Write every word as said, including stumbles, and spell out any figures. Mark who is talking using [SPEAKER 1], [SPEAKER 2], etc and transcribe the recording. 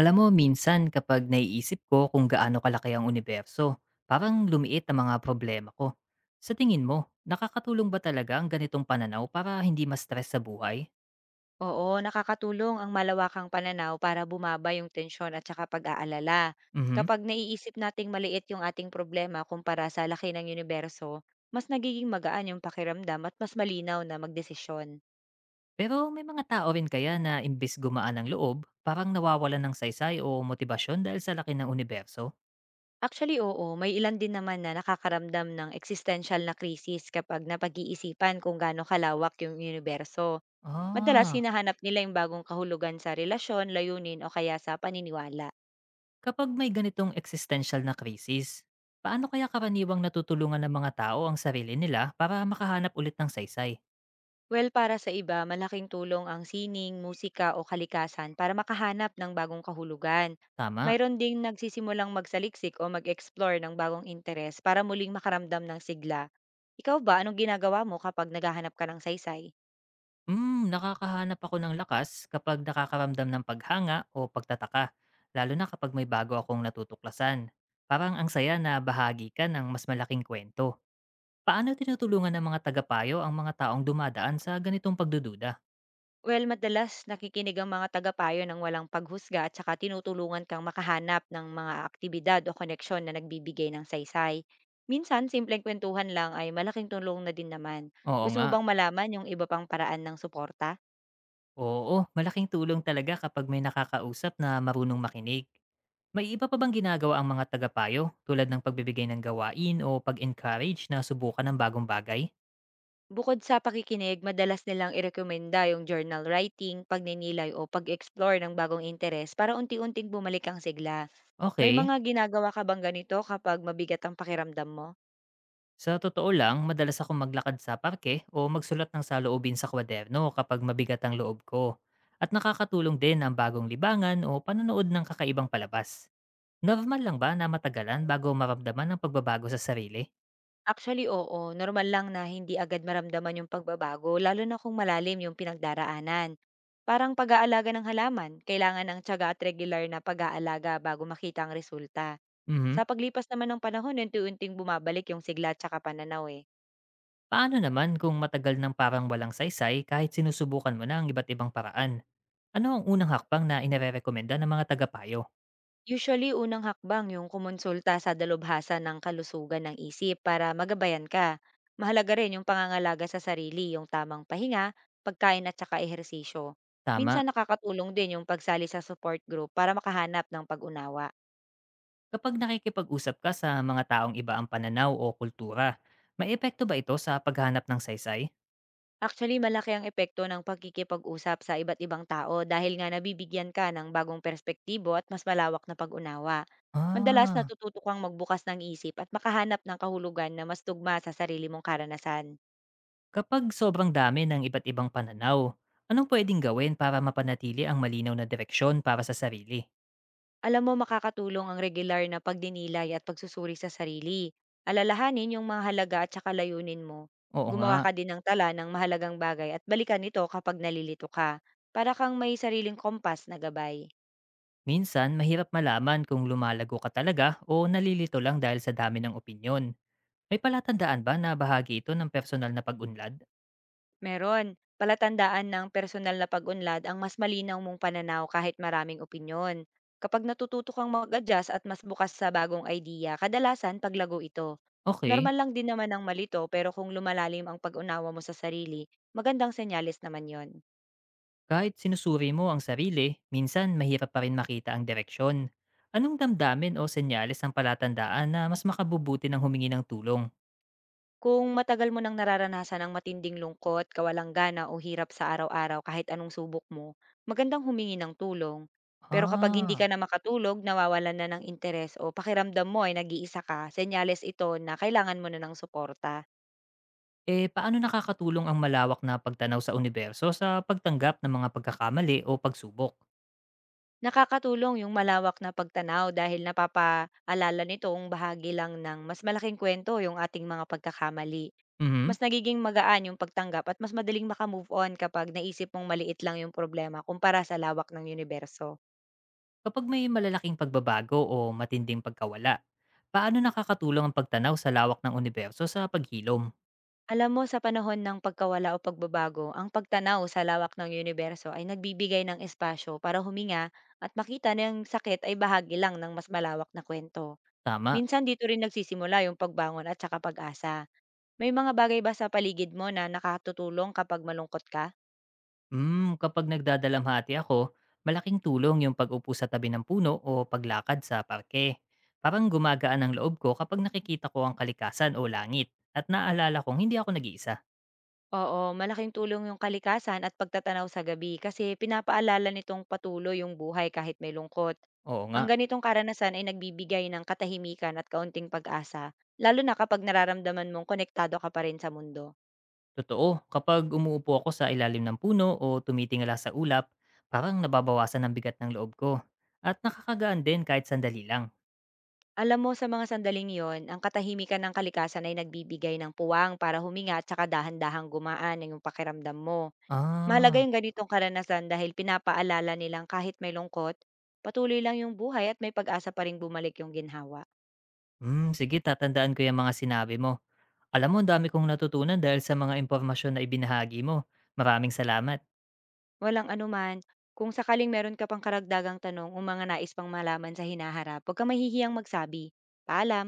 [SPEAKER 1] Alam mo, minsan kapag naiisip ko kung gaano kalaki ang universo, parang lumiit ang mga problema ko. Sa tingin mo, nakakatulong ba talaga ang ganitong pananaw para hindi ma-stress sa buhay?
[SPEAKER 2] Oo, nakakatulong ang malawakang pananaw para bumaba yung tensyon at saka pag-aalala.
[SPEAKER 1] Mhm.
[SPEAKER 2] Kapag naiisip nating maliit yung ating problema kumpara sa laki ng universo, mas nagiging magaan yung pakiramdam at mas malinaw na magdesisyon.
[SPEAKER 1] Pero may mga tao rin kaya na imbis gumaan ang loob, parang nawawalan ng saysay o motibasyon dahil sa laki ng universo?
[SPEAKER 2] Actually, oo, may ilan din naman na nakakaramdam ng existential na krisis kapag napag-iisipan kung gaano kalawak yung universo. Madalas
[SPEAKER 1] Ah,
[SPEAKER 2] hinahanap nila yung bagong kahulugan sa relasyon, layunin o kaya sa paniniwala.
[SPEAKER 1] kapag may ganitong existential na krisis, paano kaya karaniwang natutulungan ng mga tao ang sarili nila para makahanap ulit ng saysay?
[SPEAKER 2] Well, para sa iba, malaking tulong ang sining, musika o kalikasan para makahanap ng bagong kahulugan.
[SPEAKER 1] Tama.
[SPEAKER 2] Mayroon ding nagsisimulang magsaliksik o mag-explore ng bagong interes para muling makaramdam ng sigla. Ikaw ba, anong ginagawa mo kapag naghahanap ka ng saysay?
[SPEAKER 1] Hmm, nakakahanap ako ng lakas kapag nakakaramdam ng paghanga o pagtataka, lalo na kapag may bago akong natutuklasan. Parang ang saya na bahagi ka ng mas malaking kwento. Paano tinutulungan ng mga tagapayo ang mga taong dumadaan sa ganitong pagdududa?
[SPEAKER 2] Well, madalas nakikinig ang mga tagapayo ng walang paghusga at saka tinutulungan kang makahanap ng mga aktibidad o koneksyon na nagbibigay ng saysay. Minsan, simpleng kwentuhan lang ay malaking tulong na din naman.
[SPEAKER 1] Oo
[SPEAKER 2] Gusto
[SPEAKER 1] nga.
[SPEAKER 2] mo bang malaman yung iba pang paraan ng suporta?
[SPEAKER 1] Oo, malaking tulong talaga kapag may nakakausap na marunong makinig. May iba pa bang ginagawa ang mga tagapayo tulad ng pagbibigay ng gawain o pag-encourage na subukan ng bagong bagay?
[SPEAKER 2] Bukod sa pakikinig, madalas nilang irekomenda yung journal writing, pagninilay o pag-explore ng bagong interes para unti-unting bumalik ang sigla. May
[SPEAKER 1] Okay.
[SPEAKER 2] mga ginagawa ka bang ganito kapag mabigat ang pakiramdam mo?
[SPEAKER 1] Sa totoo lang, madalas akong maglakad sa parke o magsulat ng saloobin sa kwaderno kapag mabigat ang loob ko. At nakakatulong din ang bagong libangan o panonood ng kakaibang palabas. Normal lang ba na matagalan bago maramdaman ang pagbabago sa sarili?
[SPEAKER 2] Actually, oo. Normal lang na hindi agad maramdaman yung pagbabago, lalo na kung malalim yung pinagdaraanan. Parang pag-aalaga ng halaman, kailangan ng tiyaga at regular na pag-aalaga bago makita ang resulta.
[SPEAKER 1] Mhm.
[SPEAKER 2] Sa paglipas naman ng panahon, unti-unting bumabalik yung sigla at saka pananaw eh.
[SPEAKER 1] Paano naman kung matagal ng parang walang saysay kahit sinusubukan mo na ang iba't ibang paraan? Ano ang unang hakbang na ina-rekomenda ng mga tagapayo?
[SPEAKER 2] Usually, unang hakbang yung kumonsulta sa dalubhasa ng kalusugan ng isip para magabayan ka. Mahalaga rin yung pangangalaga sa sarili, yung tamang pahinga, pagkain at saka ehersisyo.
[SPEAKER 1] Tama,
[SPEAKER 2] Minsan nakakatulong din yung pagsali sa support group para makahanap ng pag-unawa.
[SPEAKER 1] kapag nakikipag-usap ka sa mga taong iba ang pananaw o kultura, may epekto ba ito sa paghanap ng saysay?
[SPEAKER 2] Actually, malaki ang epekto ng pagkikipag-usap sa iba't ibang tao dahil nga nabibigyan ka ng bagong perspektibo at mas malawak na pag-unawa. Madalas
[SPEAKER 1] Ah,
[SPEAKER 2] natututo kang magbukas ng isip at makahanap ng kahulugan na mas tugma sa sarili mong karanasan.
[SPEAKER 1] kapag sobrang dami ng iba't ibang pananaw, anong pwedeng gawin para mapanatili ang malinaw na direksyon para sa sarili?
[SPEAKER 2] Alam mo, makakatulong ang regular na pagdinilay at pagsusuri sa sarili. Alalahanin yung mga halaga at saka layunin mo.
[SPEAKER 1] Oo nga,
[SPEAKER 2] Gumawa ka din ng tala ng mahalagang bagay at balikan ito kapag nalilito ka, para kang may sariling kompas na gabay.
[SPEAKER 1] minsan mahirap malaman kung lumalago ka talaga o nalilito lang dahil sa dami ng opinyon. May palatandaan ba na bahagi ito ng personal na pag-unlad?
[SPEAKER 2] Meron. Palatandaan ng personal na pag-unlad ang mas malinaw mong pananaw kahit maraming opinyon. Kapag natututo kang mag-adjust at mas bukas sa bagong idea, kadalasan paglago ito.
[SPEAKER 1] Okay,
[SPEAKER 2] Normal lang din naman ang malito, pero kung lumalalim ang pag-unawa mo sa sarili, magandang senyales naman yon.
[SPEAKER 1] kahit sinusuri mo ang sarili, minsan mahirap pa rin makita ang direksyon. Anong damdamin o senyales ang palatandaan na mas makabubuti ng humingi ng tulong?
[SPEAKER 2] Kung matagal mo nang nararanasan ang matinding lungkot, kawalanggana o hirap sa araw-araw kahit anong subok mo, magandang humingi ng tulong. Pero kapag hindi
[SPEAKER 1] Ah.
[SPEAKER 2] ka na makatulog, nawawalan na ng interes o pakiramdam mo ay nag-iisa ka, senyales ito na kailangan mo na ng suporta.
[SPEAKER 1] Eh, paano nakakatulong ang malawak na pagtanaw sa universo sa pagtanggap ng mga pagkakamali o pagsubok?
[SPEAKER 2] Nakakatulong yung malawak na pagtanaw dahil napapaalala nitong bahagi lang ng mas malaking kwento yung ating mga pagkakamali.
[SPEAKER 1] Mhm.
[SPEAKER 2] Mas nagiging magaan yung pagtanggap at mas madaling makamove on kapag naisip mong maliit lang yung problema kumpara sa lawak ng universo.
[SPEAKER 1] Kapag may malalaking pagbabago o matinding pagkawala, paano nakakatulong ang pagtanaw sa lawak ng universo sa paghilom?
[SPEAKER 2] Alam mo, sa panahon ng pagkawala o pagbabago, ang pagtanaw sa lawak ng universo ay nagbibigay ng espasyo para huminga at makita na ang sakit ay bahagi lang ng mas malawak na kwento.
[SPEAKER 1] Tama.
[SPEAKER 2] Minsan dito rin nagsisimula yung pagbangon at saka pag-asa. May mga bagay ba sa paligid mo na nakatutulong kapag malungkot ka?
[SPEAKER 1] Mm, kapag nagdadalamhati ako, malaking tulong yung pag-upo sa tabi ng puno o paglakad sa parke. Parang gumagaan ang loob ko kapag nakikita ko ang kalikasan o langit at naalala kong hindi ako nag-iisa.
[SPEAKER 2] Oo, malaking tulong yung kalikasan at pagtatanaw sa gabi kasi pinapaalala nitong patuloy yung buhay kahit may lungkot.
[SPEAKER 1] Oo nga.
[SPEAKER 2] Ang ganitong karanasan ay nagbibigay ng katahimikan at kaunting pag-asa, lalo na kapag nararamdaman mong konektado ka pa rin sa mundo.
[SPEAKER 1] Totoo, kapag umuupo ako sa ilalim ng puno o tumitingala sa ulap, parang nababawasan ang bigat ng loob ko. At nakakagaan din kahit sandali lang.
[SPEAKER 2] Alam mo, sa mga sandaling yon, ang katahimikan ng kalikasan ay nagbibigay ng puwang para huminga at saka dahan-dahang gumaan ang yung pakiramdam mo. Mahalaga
[SPEAKER 1] Ah,
[SPEAKER 2] yung ganitong karanasan dahil pinapaalala nilang kahit may lungkot, patuloy lang yung buhay at may pag-asa pa rin bumalik yung ginhawa.
[SPEAKER 1] hmm, sige, tatandaan ko yung mga sinabi mo. Alam mo, ang dami kong natutunan dahil sa mga impormasyon na ibinahagi mo. Maraming salamat.
[SPEAKER 2] Walang anuman. Kung sakaling meron ka pang karagdagang tanong o mga nais pang malaman sa hinaharap, huwag kang mahihiyang magsabi. Paalam!